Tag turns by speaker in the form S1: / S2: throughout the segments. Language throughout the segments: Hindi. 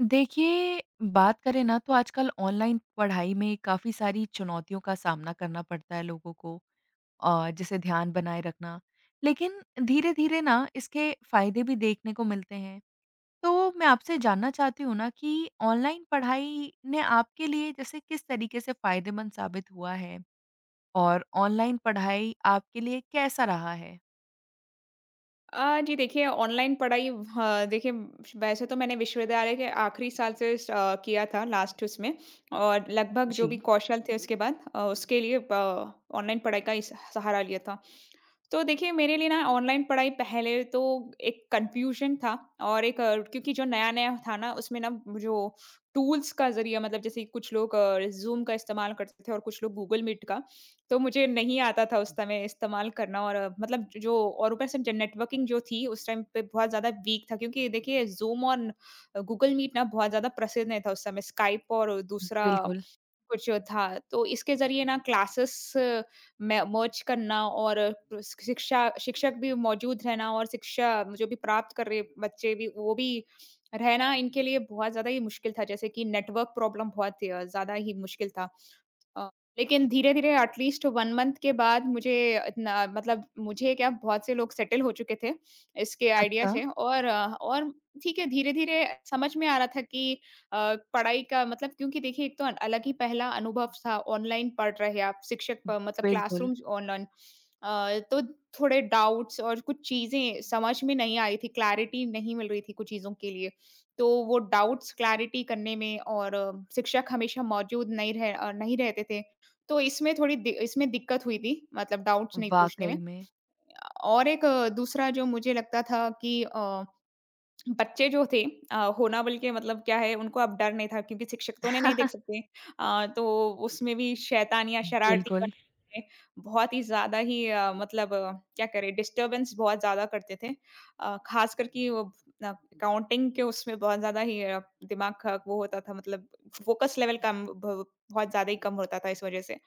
S1: देखिए, बात करें ना तो आजकल ऑनलाइन पढ़ाई में काफ़ी सारी चुनौतियों का सामना करना पड़ता है लोगों को और जैसे ध्यान बनाए रखना। लेकिन धीरे-धीरे ना इसके फ़ायदे भी देखने को मिलते हैं। तो मैं आपसे जानना चाहती हूँ ना कि ऑनलाइन पढ़ाई ने आपके लिए जैसे किस तरीके से फ़ायदेमंद साबित हुआ है? और ऑनलाइन पढ़ाई आपके लिए कैसा रहा है?
S2: जी देखिए, ऑनलाइन पढ़ाई हाँ, देखिए, वैसे तो मैंने विश्वविद्यालय के आखिरी साल से किया था लास्ट उसमें। और लगभग जो भी
S1: जी,
S2: कौशल थे उसके बाद उसके लिए ऑनलाइन पढ़ाई का ही सहारा लिया था। तो देखिए, मेरे लिए ना ऑनलाइन पढ़ाई पहले तो एक कन्फ्यूजन था, और क्योंकि जो नया-नया था ना उसमें ना जो टूल्स का ज़रिया, मतलब जैसे कुछ लोग ज़ूम का इस्तेमाल करते थे और कुछ लोग गूगल मीट का। तो मुझे नहीं आता था उस समय इस्तेमाल करना, और मतलब जो, और ऊपर से जो नेटवर्किंग जो थी उस टाइम पे बहुत ज़्यादा वीक था, क्योंकि देखिए, ज़ूम और गूगल मीट ना बहुत ज़्यादा प्रसिद्ध नहीं था उस समय, स्काइप और दूसरा
S1: बिल्कुल।
S2: कुछ था। तो इसके ज़रिए ना क्लासेस में मर्ज करना, और शिक्षा शिक्षक भी मौजूद रहना और शिक्षा जो भी प्राप्त कर रहे बच्चे भी वो भी रहना, इनके लिए बहुत ज़्यादा ही मुश्किल था। जैसे कि नेटवर्क प्रॉब्लम बहुत ज़्यादा ही मुश्किल था। अ, लेकिन धीरे-धीरे एटलीस्ट 1 मंथ के बाद मुझे इतना, मतलब मुझे क्या, बहुत से लोग सेटल हो चुके थे, इसके आइडिया
S1: अच्छा।
S2: से, और ठीक है, धीरे-धीरे समझ में आ रहा था कि अ, पढ़ाई का मतलब, क्योंकि देखिए, एक तो अलग ही पहला अनुभव था, ऑनलाइन पढ़ रहे आप, शिक्षक प मतलब
S1: बिल्कुल,
S2: क्लासरूम्स ऑनलाइन। तो थोड़े डाउट्स और कुछ चीज़ें समझ में नहीं आ रही थी, क्लैरिटी नहीं मिल रही थी कुछ चीज़ों के लिए। तो वो डाउट्स क्लैरिटी करने में, और शिक्षक हमेशा मौजूद नहीं रहते थे। तो इसमें थोड़ी दि इसमें दिक्कत हुई थी, मतलब डाउट्स नहीं पूछने में।
S1: वाक़ई में।
S2: और दूसरा जो मुझे लगता था कि बच्चे जो थे होनावल के, मतलब क्या है, उनको अब डर नहीं था, क्योंकि शिक्षक तो उन्हें नहीं देख सकते। तो उसमें भी शैतानियाँ, शरारतीपन
S1: बिल्कुल,
S2: में बहुत ही ज़्यादा ही मतलब क्या करें, डिस्टर्बेंस बहुत ज़्यादा करते थे। ख़ासकर कि वो अ, काउंटिंग के उसमें बहुत ज़्यादा ही दिमाग का वो होता था, मतलब फ़ोकस लेवल कम ब बहुत ज़्यादा ही कम होता था इस वज़ह से।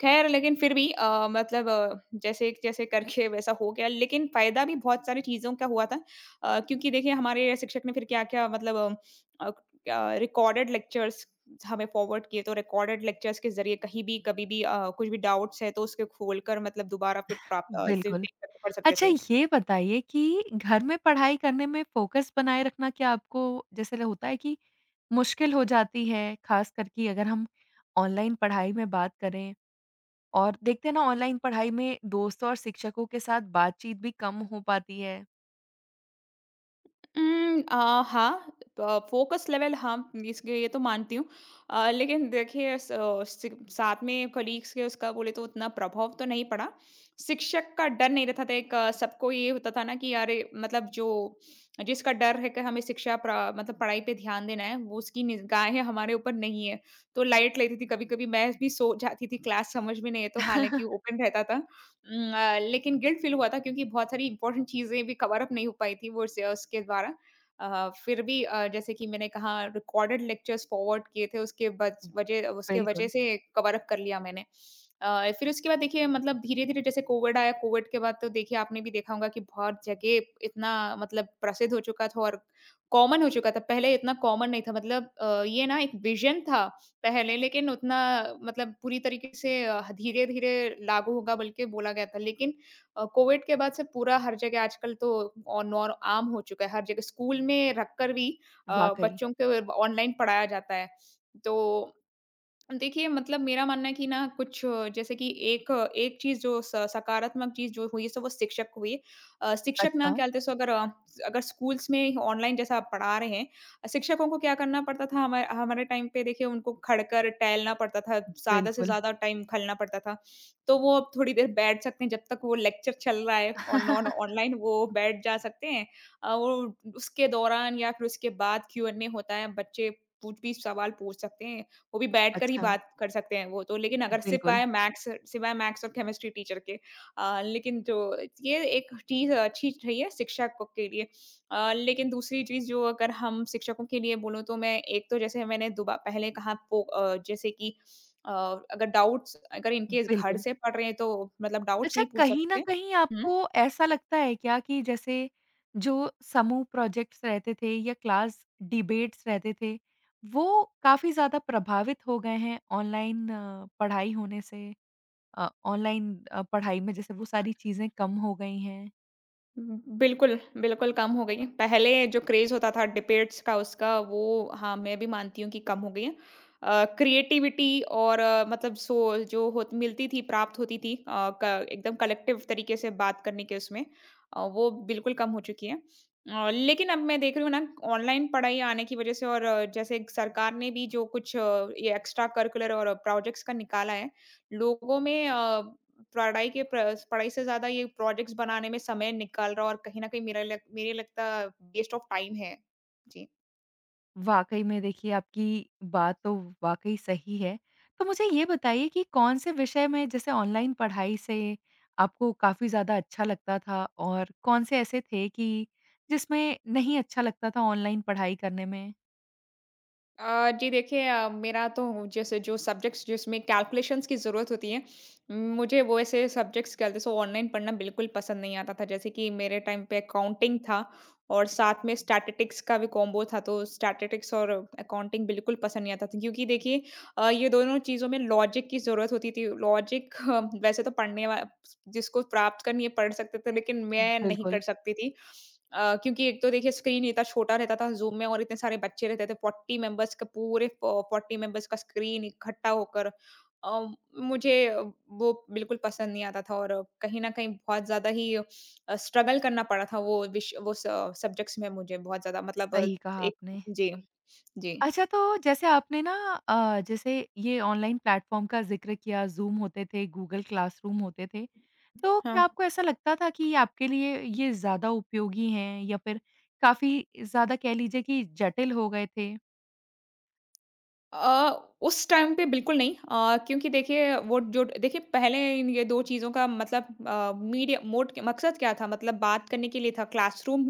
S2: ख़ैर, लेकिन फ़िर भी मतलब जैसे-जैसे करके वैसा हो गया, लेकिन फ़ायदा भी बहुत सारी चीज़ों का हुआ था। क्योंकि देखिए, हमारे शिक्षक ने फिर क्या-क्या, मतलब अ, क्या मतलब रिकॉर्डेड लेक्चर्स हमें फॉरवर्ड किए। तो रिकॉर्डेड लेक्चर्स के ज़रिए कहीं भी, कभी भी कुछ भी डाउट्स है तो उसके खोलकर, मतलब दोबारा फिर से
S1: बिल्कुल।
S2: देख सकते, पढ़ सकते
S1: अच्छा
S2: थे।
S1: ये बताइए कि घर में पढ़ाई करने में फ़ोकस बनाए रखना क्या आपको जैसे ल होता है कि मुश्किल हो जाती है, ख़ासकर कि अगर हम ऑनलाइन पढ़ाई में बात करें और देखते हैं ना ऑनलाइन पढ़ाई में दोस्तों और शिक्षकों के साथ बातचीत भी कम हो पाती है।
S2: हाँ, फ़ोकस लेवल हाँ, इसके, ये तो मानती हूँ। लेकिन देखिए, स आ, सि साथ में कलीग्स के उसका बोले तो उतना प्रभाव तो नहीं पड़ा। शिक्षक का डर नहीं रहता था, सबको ये होता था ना कि अरे, मतलब जो जिसका डर है कि हमें शिक्षा प्र मतलब पढ़ाई पे ध्यान देना है, वो उसकी निगाहें हमारे ऊपर नहीं है। तो लाइट लेती थी, कभी-कभी मैं भी सो जाती थी, क्लास समझ में नहीं है, तो हालाँकि ओपन रहता था। लेकिन गिल्ट फ़ील हुआ था, क्योंकि बहुत सारी इम्पोर्टेंट चीज़ें भी कवर अप नहीं हो पाई थी वो उस उसके द्वारा। फिर भी जैसे कि मैंने कहा, रिकॉर्डेड लेक्चर्स फॉरवर्ड किए थे उसके वजह
S1: बिल्कुल,
S2: से कवर अप कर लिया मैंने। फिर उसके बाद देखिए, मतलब धीरे-धीरे जैसे कोविड आया, कोविड के बाद तो देखिए, आपने भी देखा होगा कि बहुत जगह इतना, मतलब प्रसिद्ध हो चुका था और कॉमन हो चुका था। पहले इतना कॉमन नहीं था, मतलब ये ना एक विज़न था पहले, लेकिन उतना, मतलब पूरी तरीके से धीरे-धीरे लागू होगा, बल्कि बोला गया था। लेकिन कोविड के बाद से पूरा हर जगह आजकल तो और नॉर आम हो चुका है। हर जगह स्कूल में रखकर भी अ,
S1: वाक़ई।
S2: बच्चों को ऑनलाइन पढ़ाया जाता है। तो देखिए, मतलब मेरा मानना है कि ना कुछ जैसे कि एक चीज़ जो स सकारात्मक चीज़ जो हुई, सो वो शिक्षक को हुई। शिक्षक ना
S1: अच्छा,
S2: क्या बोलते, सो अगर अगर स्कूल्स में ऑनलाइन जैसा पढ़ा रहे हैं, शिक्षकों को क्या करना पड़ता था, हमारे टाइम पे देखिए, उनको खड़कर टहलना पड़ता था, ज़्यादा से
S1: बिल्कुल।
S2: ज़्यादा टाइम खलना पड़ता था। तो वो अब थोड़ी देर बैठ सकते हैं जब तक वो लेक्चर चल रहा है, और नॉन ऑनलाइन वो बैठ जा सकते हैं। वो उसके दौरान या फिर उसके बाद क्यू एंड ए होता है, बच्चे पूछ भी सवाल पूछ सकते हैं। वो भी बैठकर ही
S1: अच्छा,
S2: बात कर सकते हैं वो तो, लेकिन अगर
S1: बिल्कुल,
S2: सिवाय मैथ्स और केमिस्ट्री टीचर के। लेकिन जो ये एक चीज़ अच्छी रही है शिक्षकों के लिए। लेकिन दूसरी चीज़ जो, अगर हम शिक्षकों के लिए बोलूँ, तो मैं एक तो जैसे मैंने दुबा पहले कहा जैसे कि अ, अगर डाउट्स, अगर इन केस घर
S1: बिल्कुल।
S2: से पढ़ रहे हैं, तो मतलब डाउट्स
S1: अच्छा,
S2: नहीं पूछ
S1: कहीं न
S2: सकते।
S1: कहीं
S2: हुँ।
S1: आपको ऐसा लगता है क्या कि जैसे जो समूह प्रोजेक्ट्स रहते थे या क्लास डिबेट्स रहते थे, वो काफ़ी ज़्यादा प्रभावित हो गए हैं ऑनलाइन पढ़ाई होने से? ऑनलाइन पढ़ाई में जैसे वो सारी चीज़ें कम हो गई हैं?
S2: बिल्कुल, बिल्कुल कम हो गई हैं। पहले जो क्रेज़ होता था डिबेट्स का उसका वो, हाँ, मैं भी मानती हूँ कि कम हो गई है। क्रिएटिविटी और मतलब सो जो होत मिलती थी, प्राप्त होती थी अ, क एकदम कलेक्टिव तरीके से बात करने के उसमें वो बिल्कुल कम हो चुकी है। लेकिन अब मैं देख रही हूँ ना, ऑनलाइन पढ़ाई आने की वज़ह से, और जैसे सरकार ने भी जो कुछ ये एक्स्ट्रा करिकुलर और प्रोजेक्ट्स का निकाला है, लोगों में पढ़ाई से ज़्यादा ये प्रोजेक्ट्स बनाने में समय निकाल रहा, और कहीं न कहीं मेरा लग मेरे लगता वेस्ट ऑफ टाइम है। जी।
S1: वाक़ई में देखिए आपकी बात तो वाक़ई सही है। तो मुझे ये बताइए कि कौन से विषय में जैसे ऑनलाइन पढ़ाई से आपको काफ़ी ज़्यादा अच्छा लगता था और कौन से ऐसे थे कि जिसमें नहीं अच्छा लगता था ऑनलाइन पढ़ाई करने में?
S2: जी देखिए, मेरा तो जैसे जो सब्जेक्ट्स जिसमें कैलकुलेशंस की ज़रूरत होती है, मुझे वो ऐसे सब्जेक्ट्स कहते, सो ऑनलाइन पढ़ना बिल्कुल पसंद नहीं आता था। जैसे कि मेरे टाइम पे अकाउंटिंग था, और साथ में स्टैटिस्टिक्स का भी कॉम्बो था, तो स्टैटिस्टिक्स और अकाउंटिंग बिल्कुल पसंद नहीं आता था, क्योंकि देखिए ये दोनों चीज़ों में लॉजिक की ज़रूरत होती थी। लॉजिक वैसे तो पढ़ने वा जिसको प्राप्त करनी है पढ़ सकते थे, लेकिन मैं नहीं कर
S1: बिल्कुल,
S2: सकती थी। क्योंकि एक तो देखिए, स्क्रीन इतना छोटा रहता था ज़ूम में, और इतने सारे बच्चे रहते थे, 40 मेंबर्स का स्क्रीन इकट्ठा होकर अ, मुझे वो बिल्कुल पसंद नहीं आता था, और कहीं न कहीं बहुत ज़्यादा ही स्ट्रगल करना पड़ा था वो विश वो स सब्जेक्ट्स में, मुझे बहुत ज़्यादा, मतलब अ,
S1: सही कहा
S2: एक
S1: आपने।
S2: जी, जी।
S1: अच्छा तो जैसे आपने ना जैसे ये ऑनलाइन प्लेटफ़ॉर्म का ज़िक्र किया ज़ूम होते थे, गूगल क्लासरूम होते थे। तो
S2: हाँ।
S1: क्या आपको ऐसा लगता था कि आपके लिए ये ज़्यादा उपयोगी हैं या फिर काफ़ी ज़्यादा कह लीजिए कि जटिल हो गए थे?
S2: अ, उस टाइम पे बिल्कुल नहीं क्योंकि देखिए, वो जो देखिए पहले इन ये 2 चीज़ों का मतलब मीडिया मोड मकसद क्या था, मतलब बात करने के लिए था, क्लासरूम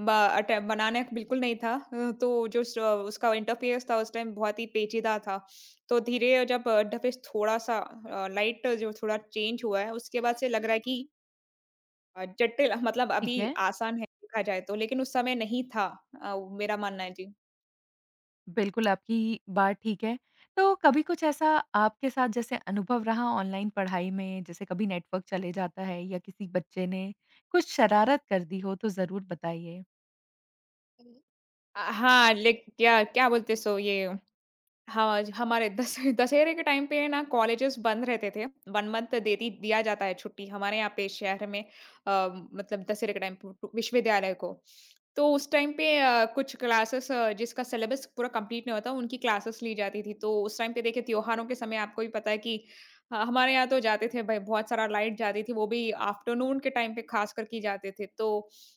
S2: ब अट बनाना बिल्कुल नहीं था। तो जो स उसका इंटरफ़ेस था उस टाइम बहुत ही पेचीदा था। तो धीरे जब इंटरफ़ेस थोड़ा-सा लाइट जो थोड़ा चेंज हुआ है उसके बाद से लग रहा है कि अ, जटिल मतलब अभी
S1: ठीक है।
S2: आसान है देखा जाए तो, लेकिन उस समय नहीं था मेरा मानना है। जी।
S1: बिल्कुल, आपकी बात ठीक है। तो कभी कुछ ऐसा आपके साथ जैसे अनुभव रहा ऑनलाइन पढ़ाई में, जैसे कभी नेटवर्क चले जाता है या किसी बच्चे ने कुछ शरारत कर दी हो तो ज़रूर बताइए?
S2: हुँ। हाँ, लेक क्या क्या बोलते सो ये, हाँ, ज हमारे दश दशहरे के टाइम पे ना कॉलेजेस बंद रहते थे। 1 मंथ देती दिया जाता है छुट्टी हमारे यहाँ पे शहर में अ, मतलब दशहरे के टाइम प प विश्वविद्यालय को। तो उस टाइम पे कुछ क्लासेस जिसका सिलेबस पूरा कंप्लीट नहीं होता, उनकी क्लासेस ली जाती थी। तो उस टाइम पे देखिए, त्योहारों के समय आपको भी पता है कि ह हमारे यहाँ तो जाते थे भई, बहुत सारा लाइट जाती थी, वो भी आफ्टरनून के टाइम पे ख़ासकर की जाते थे। तो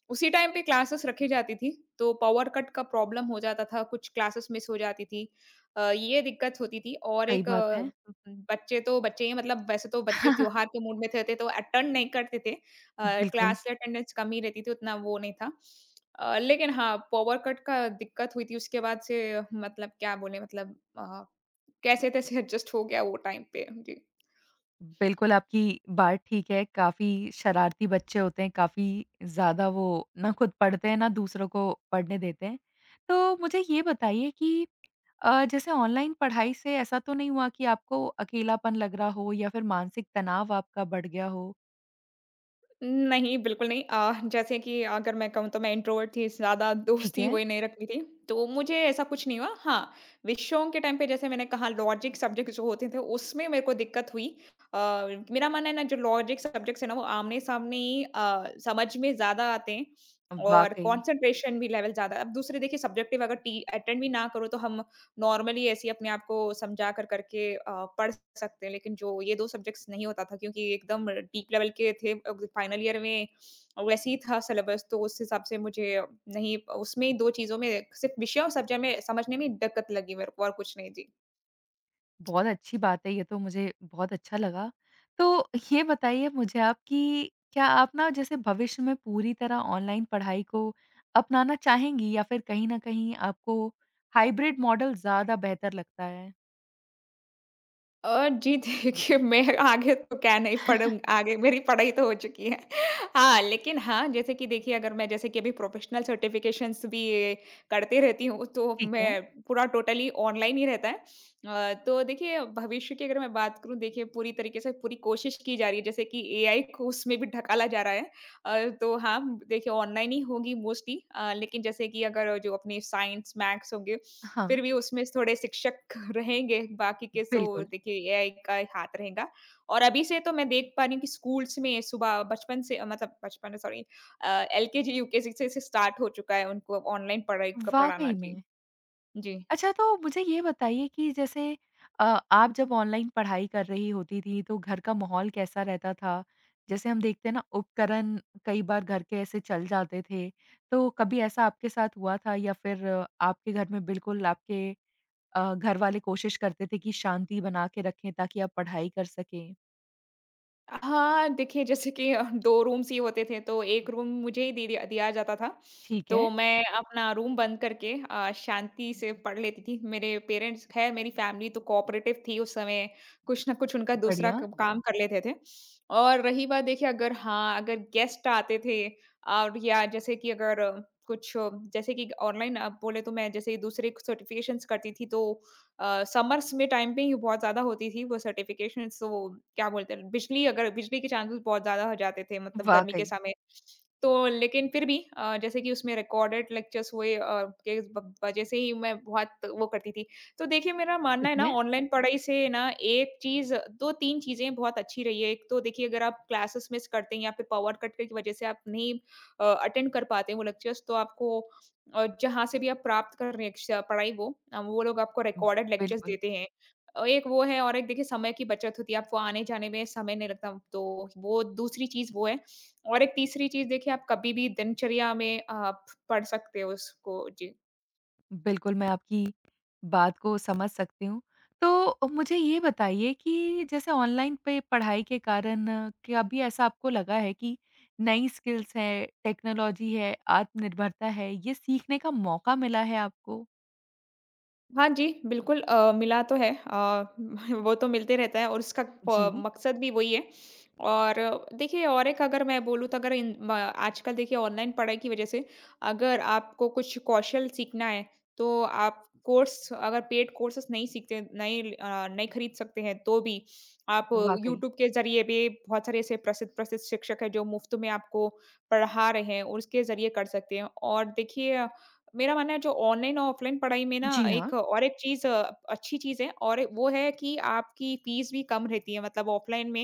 S2: उसी टाइम पे क्लासेस रखी जाती थी, तो पावर कट का प्रॉब्लम हो जाता था, कुछ क्लासेस मिस हो जाती थी। ये दिक्कत होती थी, और
S1: सही बात है।
S2: बच्चे तो बच्चे ही, मतलब वैसे तो बच्चे त्योहार के मूड में थे, तो अटेंड नहीं करते थे।
S1: बिल्कुल।
S2: क्लास अटेंडेंस कम ही रहती थी, उतना वो नहीं था। लेकिन हाँ, पावर कट का दिक्कत हुई थी, उसके बाद से मतलब क्या बोले, मतलब कैसे-तैसे एडजस्ट हो गया वो टाइम पे। जी।
S1: बिल्कुल, आपकी बात ठीक है, काफ़ी शरारती बच्चे होते हैं, काफ़ी ज़्यादा वो ना खुद पढ़ते हैं, ना दूसरों को पढ़ने देते हैं। तो मुझे ये बताइए कि जैसे ऑनलाइन पढ़ाई से ऐसा तो नहीं हुआ कि आपको अकेलापन लग रहा हो या फिर मानसिक तनाव आपका बढ़ गया हो?
S2: नहीं, बिल्कुल नहीं। जैसे कि अगर मैं कहूँ, तो मैं इंट्रोवर्ट थी, ज़्यादा
S1: ठीक
S2: दोस्ती
S1: है।
S2: वही नहीं रखती थी, तो मुझे ऐसा कुछ नहीं हुआ। हाँ, विषयों के टाइम पे जैसे मैंने कहा लॉजिक सब्जेक्ट जो होते थे उसमें मेरे को दिक्कत हुई। अ, मेरा मानना है ना, जो लॉजिक सब्जेक्ट्स है ना, वो आमने-सामने ही समझ में ज़्यादा आते हैं, और
S1: वाक़ई।
S2: कंसंट्रेशन भी लेवल ज़्यादा, अब दूसरे देखिए सब्जेक्टिव अगर टी अटेंड भी ना करो तो हम नॉर्मली ऐसे ही अपने आप को समझा कर करके पढ़ सकते हैं। लेकिन जो ये 2 सब्जेक्ट्स नहीं होता था, क्योंकि एकदम डीप लेवल के थे, फाइनल ईयर में वैसे ही था सिलेबस, तो उस हिसाब से मुझे नहीं उसमें 2 चीज़ों में सिर्फ़ विषय और सब्जेक्ट में समझने में दिक्कत लगी मेरे को और कुछ नहीं। जी।
S1: बहुत अच्छी बात है ये तो मुझे बहुत अच्छा लगा। तो ये बताइए मुझे आप कि क्या आप ना जैसे भविष्य में पूरी तरह ऑनलाइन पढ़ाई को अपनाना चाहेंगी या फिर कहीं न कहीं आपको हाइब्रिड मॉडल ज़्यादा बेहतर लगता है?
S2: जी देखिए मैं आगे तो क्या नहीं पढ़ूँ आगे मेरी पढ़ाई तो हो चुकी है। हाँ, लेकिन हाँ, जैसे कि देखिए अगर मैं जैसे कि अभी प्रोफ़ेशनल सर्टिफ़िकेशंस भी करती रहती हूँ, तो
S1: ठीक है।
S2: मैं पूरा टोटली ऑनलाइन ही रहता है। तो देखिए भविष्य की अगर मैं बात करूँ देखिए पूरी तरीके से पूरी कोशिश की जा रही है जैसे कि एआई को उसमें भी ढकाला जा रहा है। तो हाँ, देखिए ऑनलाइन ही होगी मोस्टली लेकिन जैसे कि अगर जो अपने साइंस, मैथ्स होंगे
S1: हाँ।
S2: फिर भी उसमें थोड़े शिक्षक रहेंगे, बाकी के तो
S1: बिल्कुल।
S2: देखिए एआई का ही हाथ रहेगा। और अभी से तो मैं देख पा रही हूँ कि स्कूल्स में सुबह बचपन से मतलब बचपन सॉरी एलकेजी, यूकेजी से स्टार्ट हो चुका है उनको ऑनलाइन पढ़ाई का पढ़ाना।
S1: वाक़ई
S2: जी।
S1: में।
S2: जी।
S1: अच्छा तो मुझे ये बताइए कि जैसे अ, आप जब ऑनलाइन पढ़ाई कर रही होती थी तो घर का माहौल कैसा रहता था? जैसे हम देखते हैं ना उपकरण कई बार घर के ऐसे चल जाते थे, तो कभी ऐसा आपके साथ हुआ था या फिर आपके घर में बिल्कुल आपके घर वाले कोशिश करते थे कि शांति बना के रखें ताकि आप पढ़ाई कर सकें?
S2: हाँ, देखिए जैसे कि 2 रूम्स ही होते थे तो 1 रूम मुझे ही दे दिया दिया जाता था।
S1: ठीक है,
S2: तो मैं अपना रूम बंद करके शांति से पढ़ लेती थी। मेरे पेरेंट्स ख़ैर मेरी फ़ैमिली तो कोऑपरेटिव थी उस समय, कुछ न कुछ उनका दूसरा
S1: बढ़िया,
S2: क काम कर लेते थे। और रही बात देखिए अगर हाँ, अगर गेस्ट आते थे और या जैसे कि अगर कुछ जैसे कि ऑनलाइन आप बोले तो मैं जैसे दूसरे सर्टिफिकेशंस करती थी तो समर्स में टाइम पे ही बहुत ज़्यादा होती थी वो सर्टिफ़िकेशंस तो वो क्या बोलते हैं बिजली अगर बिजली के चांसेज़ बहुत ज़्यादा हो जाते थे मतलब गर्मी के
S1: वाक़ई,
S2: समय। तो लेकिन फिर भी जैसे कि उसमें रिकॉर्डेड लेक्चर्स हुए के ब वज़ह से ही मैं बहुत वो करती थी। तो देखिए मेरा मानना
S1: ठीक
S2: है ना
S1: है,
S2: ऑनलाइन पढ़ाई से ना एक चीज़ 2-3 चीज़ें बहुत अच्छी रही है। एक तो देखिए अगर आप क्लासेस मिस करते हैं या फिर पावर कट की वज़ह से आप नहीं अटेंड कर पाते हैं वो लेक्चर्स तो आपको और जहाँ से भी आप प्राप्त कर रहे हैं श पढ़ाई वो लोग आपको रिकॉर्डेड लेक्चर्स
S1: बिल्कुल।
S2: देते हैं। एक वो है और एक देखिए समय की बचत होती है, आपको आने-जाने में समय नहीं लगता, तो वो दूसरी चीज़ वो है। और एक तीसरी चीज़ देखिए आप कभी भी दिनचर्या में आप पढ़ सकते हो उसको। जी।
S1: बिल्कुल, मैं आपकी बात को समझ सकती हूँ। तो मुझे ये बताइए कि जैसे ऑनलाइन पे पढ़ाई के कारण क्या कभी ऐसा आपको लगा है कि नई स्किल्स हैं, टेक्नोलॉजी है, आत्मनिर्भरता है, ये सीखने का मौका मिला है आपको?
S2: हाँ जी, बिल्कुल मिला तो है वो तो मिलते रहता है और उसका प
S1: जी।
S2: मकसद भी वही है। और देखिए और एक अगर मैं बोलूँ तो अगर इन म आजकल देखिए ऑनलाइन पढ़ाई की वज़ह से अगर आपको कुछ कौशल सीखना है, तो आप कोर्स अगर पेड कोर्सेज़ नहीं सीखते नहीं अ, नहीं खरीद सकते हैं, तो भी आप
S1: वाक़ई।
S2: यूट्यूब के ज़रिए भी बहुत सारे ऐसे प्रसिद्ध-प्रसिद्ध शिक्षक हैं, जो मुफ़्त में आपको पढ़ा रहे हैं और उसके ज़रिए कर सकते हैं। और देखिए मेरा मानना है जो ऑनलाइन और ऑफलाइन पढ़ाई में ना
S1: जी, हाँ।
S2: एक चीज़ अच्छी चीज़ है और ए वो है कि आपकी फ़ीस भी कम रहती है मतलब ऑफलाइन में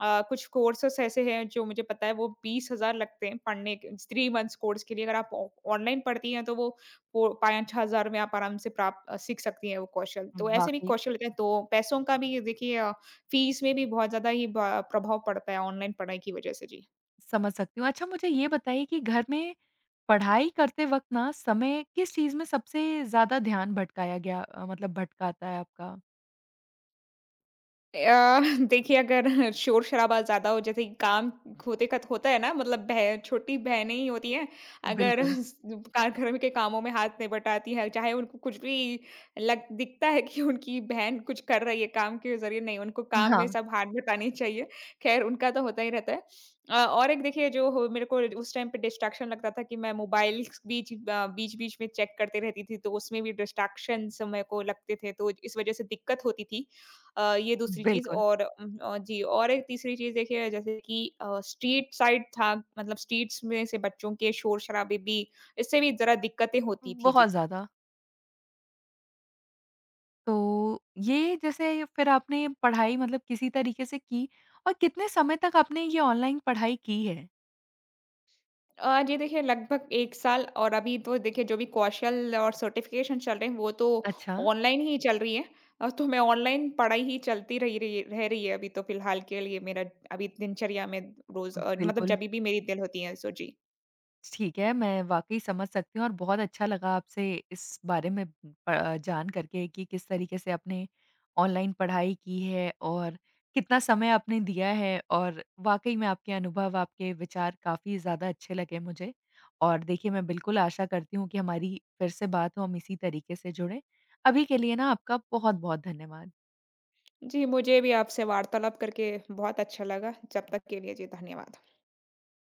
S2: कुछ कोर्सेज़ ऐसे हैं जो मुझे पता है वो 20,000 लगते हैं पढ़ने के 3 मंथ्स कोर्स के लिए अगर आप ऑ ऑनलाइन पढ़ती हैं तो वो 5-6,000 में आप आराम से सीख सकती हैं वो कौशल। तो ऐसे भी
S1: वाक़ई,
S2: कौशल होते हैं तो पैसों का भी देखिए फ़ीस में भी बहुत ज़्यादा ही ब प्रभाव पड़ता है ऑनलाइन पढ़ाई की वज़ह से। जी।
S1: समझ सकती हूँ। अच्छा मुझे ये बताइए कि घर में पढ़ाई करते वक़्त ना समय किस चीज़ में सबसे ज़्यादा ध्यान भटकाया गया मतलब भटकाता है आपका?
S2: अ, देखिए अगर शोर-शराबा ज़्यादा हो जैसे काम होते का होता है ना मतलब बह छोटी बहनें ही होती हैं, अगर
S1: बिल्कुल।
S2: कार घर के कामों में हाथ नहीं बटाती है, चाहे उनको कुछ भी लग दिखता है कि उनकी बहन कुछ कर रही है काम के ज़रिए नहीं, उनको काम में
S1: हाँ।
S2: सब हाथ बटाने चाहिए। ख़ैर उनका तो होता ही रहता है। और एक देखिए जो हो मेरे को उस टाइम पे डिस्ट्रैक्शन लगता था कि मैं मोबाइल बीच-बीच में चेक करते रहती थी, तो उसमें भी डिस्ट्रैक्शंस मेरे को लगते थे, तो इस वज़ह से दिक्कत होती थी। ये दूसरी चीज़
S1: बिल्कुल।
S2: और जी और एक तीसरी चीज़ देखिए जैसे कि स्ट्रीट साइड था मतलब स्ट्रीट्स में से बच्चों के शोर-शराबे भी इससे भी ज़रा दिक्कतें होती थी। जी।
S1: बहुत ज़्यादा। तो ये जैसे फिर आपने पढ़ाई मतलब किसी तरीके से की और कितने समय तक आपने ये ऑनलाइन पढ़ाई की है?
S2: जी देखिए लगभग 1 साल और अभी तो देखिए जो भी कौशल और सर्टिफ़िकेशन चल रहे हैं वो तो
S1: अच्छा।
S2: ऑनलाइन ही चल रही है। तो मैं ऑनलाइन पढ़ाई ही चलती रही रही रह रही है अभी तो फ़िलहाल के लिए मेरा अभी दिनचर्या में रोज़ मतलब
S1: बिल्कुल।
S2: जभी भी मेरी दिल होती है सो जी।
S1: ठीक है, मैं वाक़ई समझ सकती हूँ और बहुत अच्छा लगा आपसे इस बारे में जान करके कि किस तरीके से आपने ऑनलाइन पढ़ाई की है और कितना समय आपने दिया है और वाक़ई में आपके अनुभव, आपके विचार काफ़ी ज़्यादा अच्छे लगे मुझे। और देखिए, मैं बिल्कुल आशा करती हूँ कि हमारी फिर से बात हो, हम इसी तरीके से जुड़ें। अभी के लिए ना आपका बहुत-बहुत धन्यवाद।
S2: जी, मुझे भी आपसे वार्तालाप करके बहुत अच्छा लगा। जब तक के लिए जी धन्यवाद।